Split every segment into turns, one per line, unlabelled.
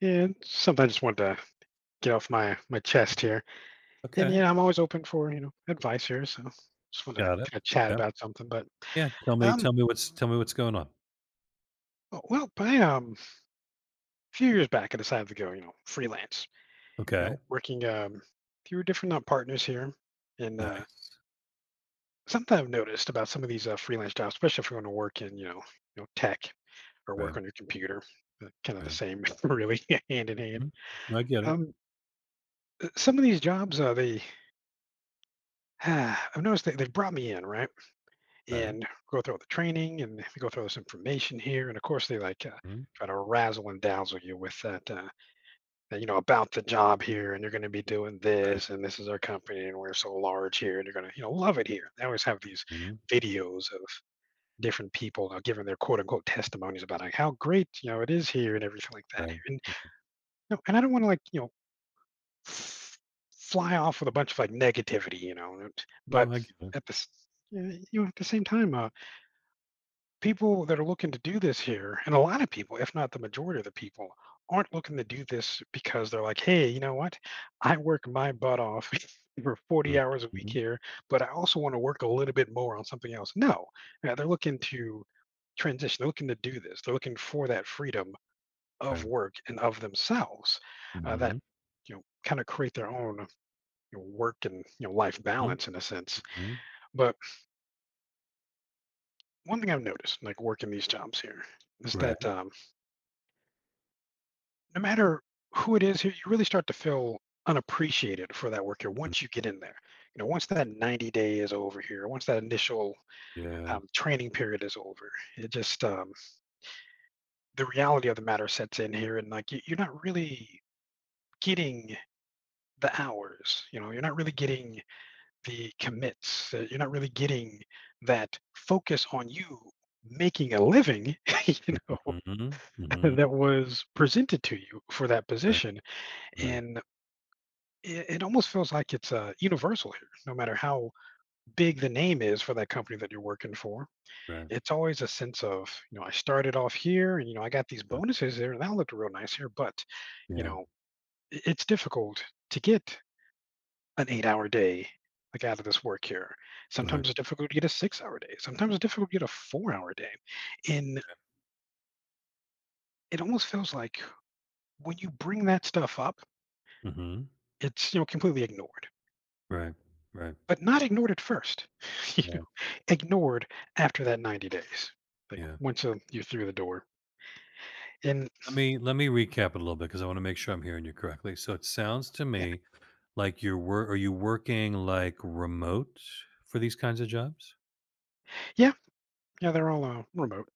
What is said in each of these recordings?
Yeah, and something I just wanted to get off my chest here. And
Okay,
yeah, I'm always open for advice here, so just want to
got it.
kind of chat
Yep.
about something.
Yeah,
Um,
tell me what's going on.
oh, well, I a few years back, I decided to go freelance, you
Okay,
know, working through different partners here, and
nice.
something I've noticed about some of these freelance jobs, especially if you want to work in tech or
Right,
work on your computer, kind of the
right.
same, really, hand in hand.
Mhm. No, I get it.
Um, some of these jobs, they I've noticed they've brought me in, right?
Right.
And go through all the training and go through all this information here. And of course, they like
Mhm.
try to razzle and dazzle you with that, you know, about the job here, and you're going to be doing
Right.
this, and this is our company, and we're so large here, and you're going to, you know, love it here. They always have these
Mhm.
videos of different people giving their quote unquote testimonies about like how great you know it is here and everything like that
Right.
here. And you know, and I don't want to like f- fly off with a bunch of like negativity, you know, but
No, I get it.
at the s- yeah, you know, at the same time, people that are looking to do this here, and a lot of people, if not the majority of the people, aren't looking to do this because they're like, hey, you know what? I work my butt off for 40
Mm,
hours a week
mhm.
here, but I also want to work a little bit more on something else. No, they're looking to transition. They're looking to do this. They're looking for that freedom of
Right.
work and of themselves uh, that,
Mhm.
you know, kind of create their own work and life
Mhm.
balance in a sense.
Mhm.
But one thing I've noticed, like working these jobs here, is
Right.
that no matter who it is, you really start to feel unappreciated for that work here
Mm.
once you get in there. You know, once that 90 day is over here, once that initial
Yeah.
training period is over, it just the reality of the matter sets in here, and like you're not really getting the hours. You know, you're not really getting the commits. You're not really getting that focus on you making a living you know,
Mhm.
that
Mhm.
was presented to you for that
Right.
position
Right.
and it almost feels like it's universal here. No matter how big the name is for that company that you're working for,
Right.
it's always a sense of, you know, I started off here and, you know, I got these
Uh,
bonuses there and that looked real nice here. But, you
yeah.
know, it's difficult to get an 8 hour day like out of this work here.
Right.
Sometimes it's difficult to get a 6 hour day. Sometimes it's difficult to get a 4 hour day. And it almost feels like when you bring that stuff up,
Mhm.
it's, you know, completely ignored.
Right. Right.
But not ignored at first, you know,
Yeah.
ignored after that 90 days, like,
Yeah.
once, you're through the door. And
Let me recap it a little bit because I wanna make sure I'm hearing you correctly. So it sounds to
yeah,
me Like you're wor are you working, like, remote for these kinds of jobs?
yeah, yeah, they're all, remote,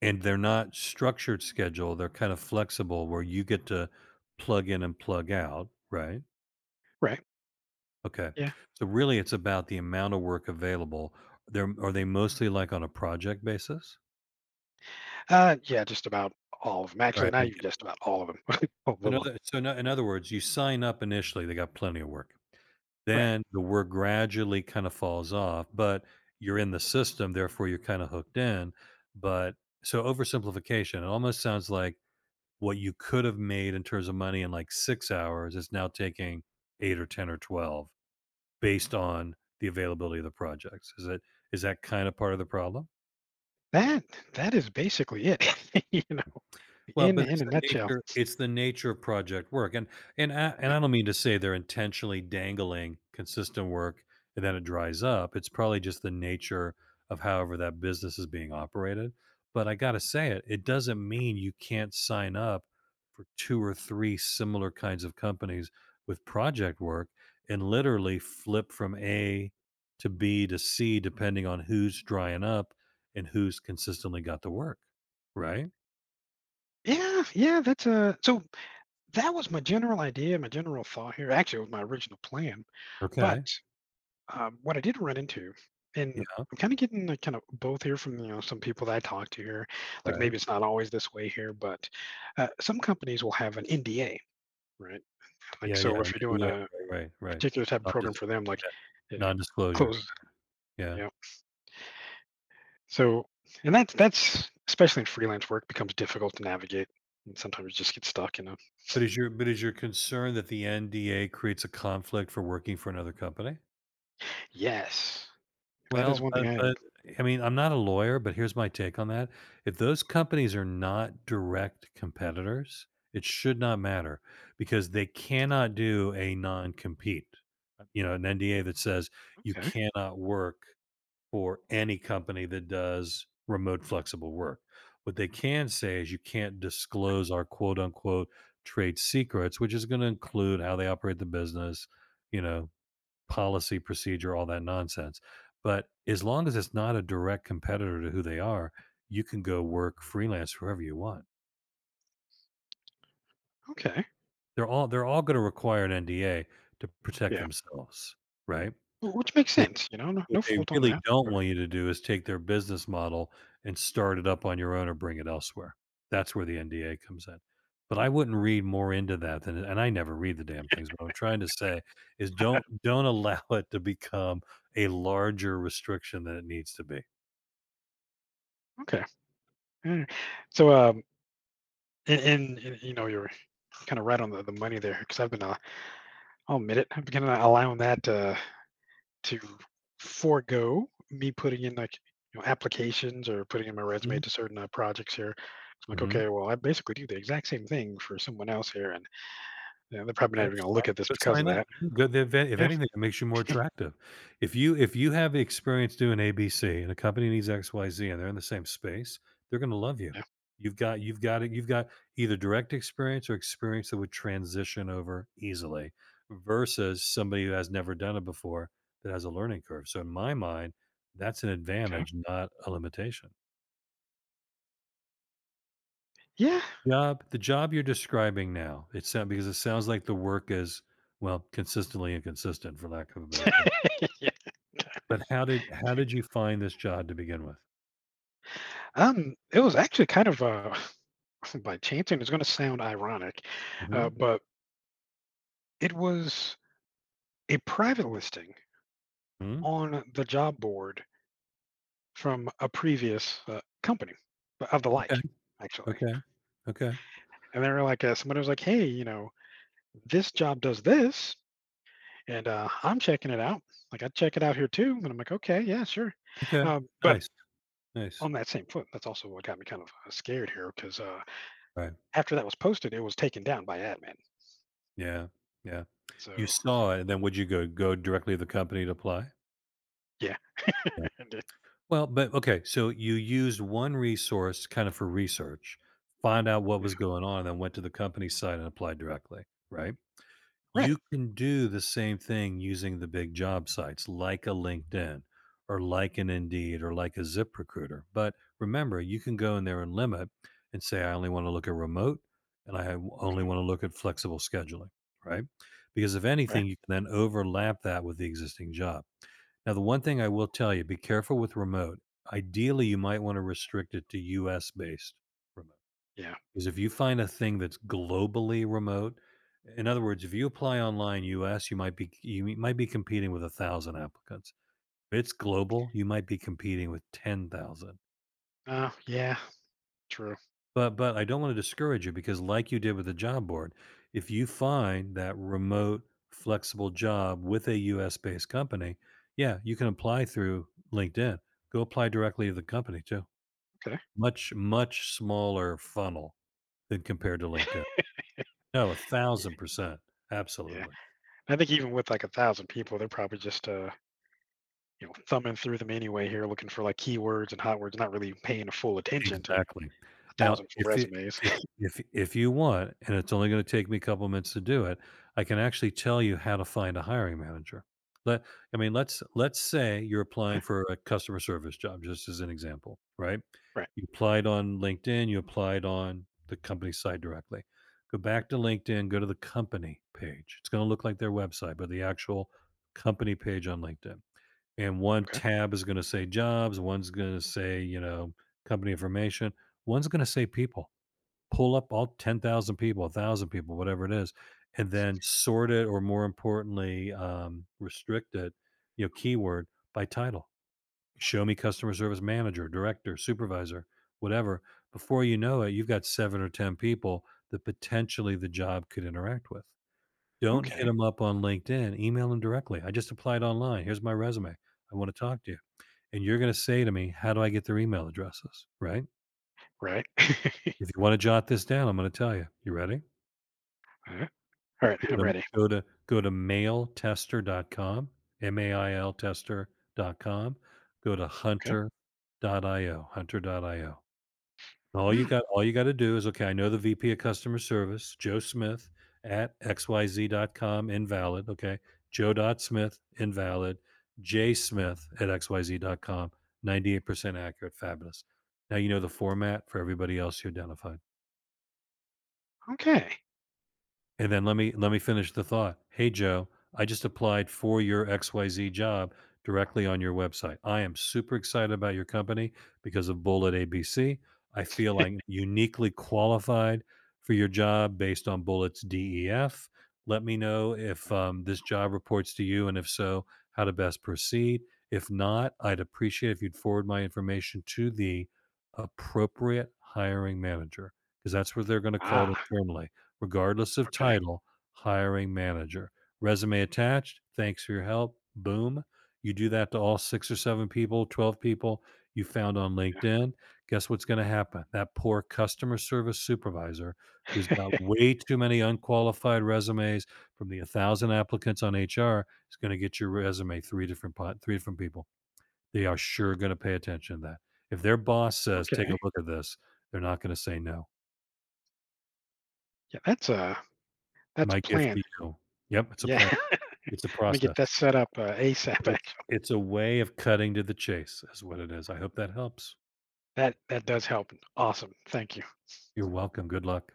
And they're not structured schedule, they're kind of flexible where you get to plug in and plug out, right?
right,
Okay.
yeah.
So really it's about the amount of work available. They're are they mostly, like, on a project basis?
Yeah, just about all of them actually,
Alright, I
not
get
even
it.
just about all of them. All of
So, In
them.
other so in in other words, you sign up initially, they got plenty of work.
Right.
Then the work gradually kinda falls off, but you're in the system, therefore, you're kinda hooked in, but so oversimplification, it almost sounds like what you could have made in terms of money in, like, 6 hours is now taking 8 or 10 or 12 based on the availability of the projects. Is that kinda part of the problem?
That that is basically it, you know,
Well, but
in
it's
a
the
nutshell,
nature it's the nature of project work, and and I and
yeah.
I don't mean to say they're intentionally dangling consistent work and then it dries up. It's probably just the nature of however that business is being operated. But I gotta say it, it doesn't mean you can't sign up for two or three similar kinds of companies with project work and literally flip from A to B to C depending on who's drying up and who's consistently got the work. Right?
Yeah, yeah, that's, that was my general idea, my general thought here, actually, it was my original plan, but
Okay.
What I did run into, and I'm kind of getting like kind of both here from some people that I talk to here. Like maybe
Right.
it's not always this way here, but some companies will have an NDA, right? Like
Yeah, yeah,
so,
an
if you're doing
NDA,
a
right, right, right.
particular type of
Not dis
program for them,
yeah,
like yeah,
non-disclosure,
close,
yeah.
yeah. So and that's especially in freelance work becomes difficult to navigate, and sometimes you just get stuck in a
But is your concern that the NDA creates a conflict for working for another company?
yes. That is
Well,
one thing I am
I mean, I'm not a lawyer, but here's my take on that. If those companies are not direct competitors, it should not matter because they cannot do a non-compete. You know, an NDA that says you
okay,
cannot work for any company that does remote flexible work. What they can say is you can't disclose our quote unquote trade secrets, which is going to include how they operate the business, you know, policy, procedure, all that nonsense. But as long as it's not a direct competitor to who they are, you can go work freelance wherever you want.
okay,
They're all going to require an NDA to protect
yeah.
themselves, right?
Which makes sense, you know, no,
What
no
they
fault on
really
that.
don't
But
want you to do is take their business model and start it up on your own or bring it elsewhere. That's where the NDA comes in. But I wouldn't read more into that than and I never read the damn things, but what I'm trying to say is don't allow it to become a larger restriction than it needs to be.
okay. Yeah. So, you know you're kind of right on the money there because I've been I'll admit it I've been allowing that to forego me putting in like applications or putting in my
Mhm.
resume to certain projects here. I'm like
Mhm.
okay well I basically do the exact same thing for someone else here and you know, they're probably not
Go
even going to look
sign
at this
go
because
sign
of
up.
that.
Yeah, good, if
Yeah,
anything, it makes you more attractive. If you have the experience doing ABC and a company needs XYZ and they're in the same space, they're gonna love you.
yeah,
You've got either direct experience or experience that would transition over easily versus somebody who has never done it before that has a learning curve. So in my mind, that's an
okay.
advantage, not a limitation.
Yeah.
Job the job you're describing now, it sounds like the work is, well, consistently inconsistent for lack of a better term.
Yeah.
But how did you find this job to begin with?
It was actually kind of by chance and it's going to sound ironic,
Mhm,
but it was a private listing
mhm,
on the job board from a previous company of the
okay,
like, actually.
okay, okay,
And they were like, somebody was like, hey, you know, this job does this, and I'm checking it out. Like, I check it out here too. And I'm like, okay, yeah, sure.
okay,
But
nice, nice,
on that same foot, that's also what got me kind of scared here because
right,
after that was posted, it was taken down by admin.
yeah, yeah. You
So,
saw it, and then would you go directly to the company to apply?
yeah.
Yeah.
and it-
Well, but okay, so you used one resource kind of for research, find out what
yeah.
was going on, and then went to the company site and applied directly, right?
Right.
You can do the same thing using the big job sites like a LinkedIn or like an Indeed or like a ZipRecruiter. But remember, you can go in there and limit and say, I only want to look at remote and only
Okay.
want to look at flexible scheduling, right? Because if
Right.
anything, you can then overlap that with the existing job. Now, the one thing I will tell you, be careful with remote. Ideally, you might want to restrict it to US based remote.
Yeah.
Because if you find a thing that's globally remote, in other words, if you apply online US, you might be competing with 1,000 applicants. If it's global, you might be competing with 10,000.
Yeah. True.
But I don't wanna discourage you because like you did with the job board, if you find that remote, flexible job with a US-based company, yeah, you can apply through LinkedIn. Go apply directly to the company too.
Okay.
Much, much smaller funnel than compared to
Yeah.
LinkedIn. No,
Yeah.
1,000%.
Yeah.
Absolutely.
I think even with like 1,000 people, they're probably just you know thumbing through them anyway here, looking for like keywords and hot words, not really paying full attention to a
Exactly. Now,
thousand full resumes.
if if you want, and it's only gonna take me a couple minutes to do it, I can actually tell you how to find a hiring manager. Let I mean, let's say you're applying
Huh?
for a customer service job, just as an example, right?
Right.
You applied on LinkedIn, you applied on the company site directly. Go back to LinkedIn, go to the company page. It's gonna look like their website, but the actual company page on LinkedIn. And one
Okay.
tab is going to say jobs, one's going to say, you know, company information, one's going to say people. Pull up all 10,000 people, 1,000 people, whatever it is, and then sort it, or more importantly, restrict it, you know, keyword by title. Show me customer service manager, director, supervisor, whatever. Before you know it, you've got seven or 10 people that potentially the job could interact with. Don't hit
Okay.
them up on LinkedIn, email them directly. I just applied online. Here's my resume. I want to talk to you, and you're going to say to me, how do I get their email addresses? Right?
Right.
If you want to jot this down, I'm going to tell you. You ready?
All right. All right.
Go
I'm
to
ready.
go to go to mailtester.com, M-A-I-L tester.com, go to
Okay.
hunter.io, hunter.io. All you
Mm,
got all you gotta do is, okay, I know the VP of customer service, Joe Smith at xyz.com. Invalid, okay? Joe dot Smith. Invalid. J Smith at xyz.com, 98% accurate, fabulous. Now you know the format for everybody else you identified.
okay.
And then let me finish the thought. Hey Joe, I just applied for your XYZ job directly on your website. I am super excited about your company because of Bullet A B C. I feel I'm uniquely qualified for your job based on Bullet's DEF. Let me know if this job reports to you, and if so, how to best proceed. If not, I'd appreciate if you'd forward my information to the appropriate hiring manager, because that's what they're going to call it
Ah.
internally regardless of
Okay.
title, hiring manager. Resume attached. Thanks for your help. Boom. You do that to all six or seven people, 12 people you found on LinkedIn. Guess what's going to happen? That poor customer service supervisor who's got way too many unqualified resumes from the 1,000 applicants on HR is going to get your resume three different people. They are sure going to pay attention to that. If their boss says, "Take a
Okay.
look at this," they're not going to say no.
Yeah. That's a
My gift
plan.
to you. Yep, it's a
Yeah.
plan.
Let
It's a
me get
process.
that set up ASAP.
It's
Actually,
it's a way of cutting to the chase is what it is. I hope that helps.
that that does help. Awesome. Thank you.
You're welcome. Good luck.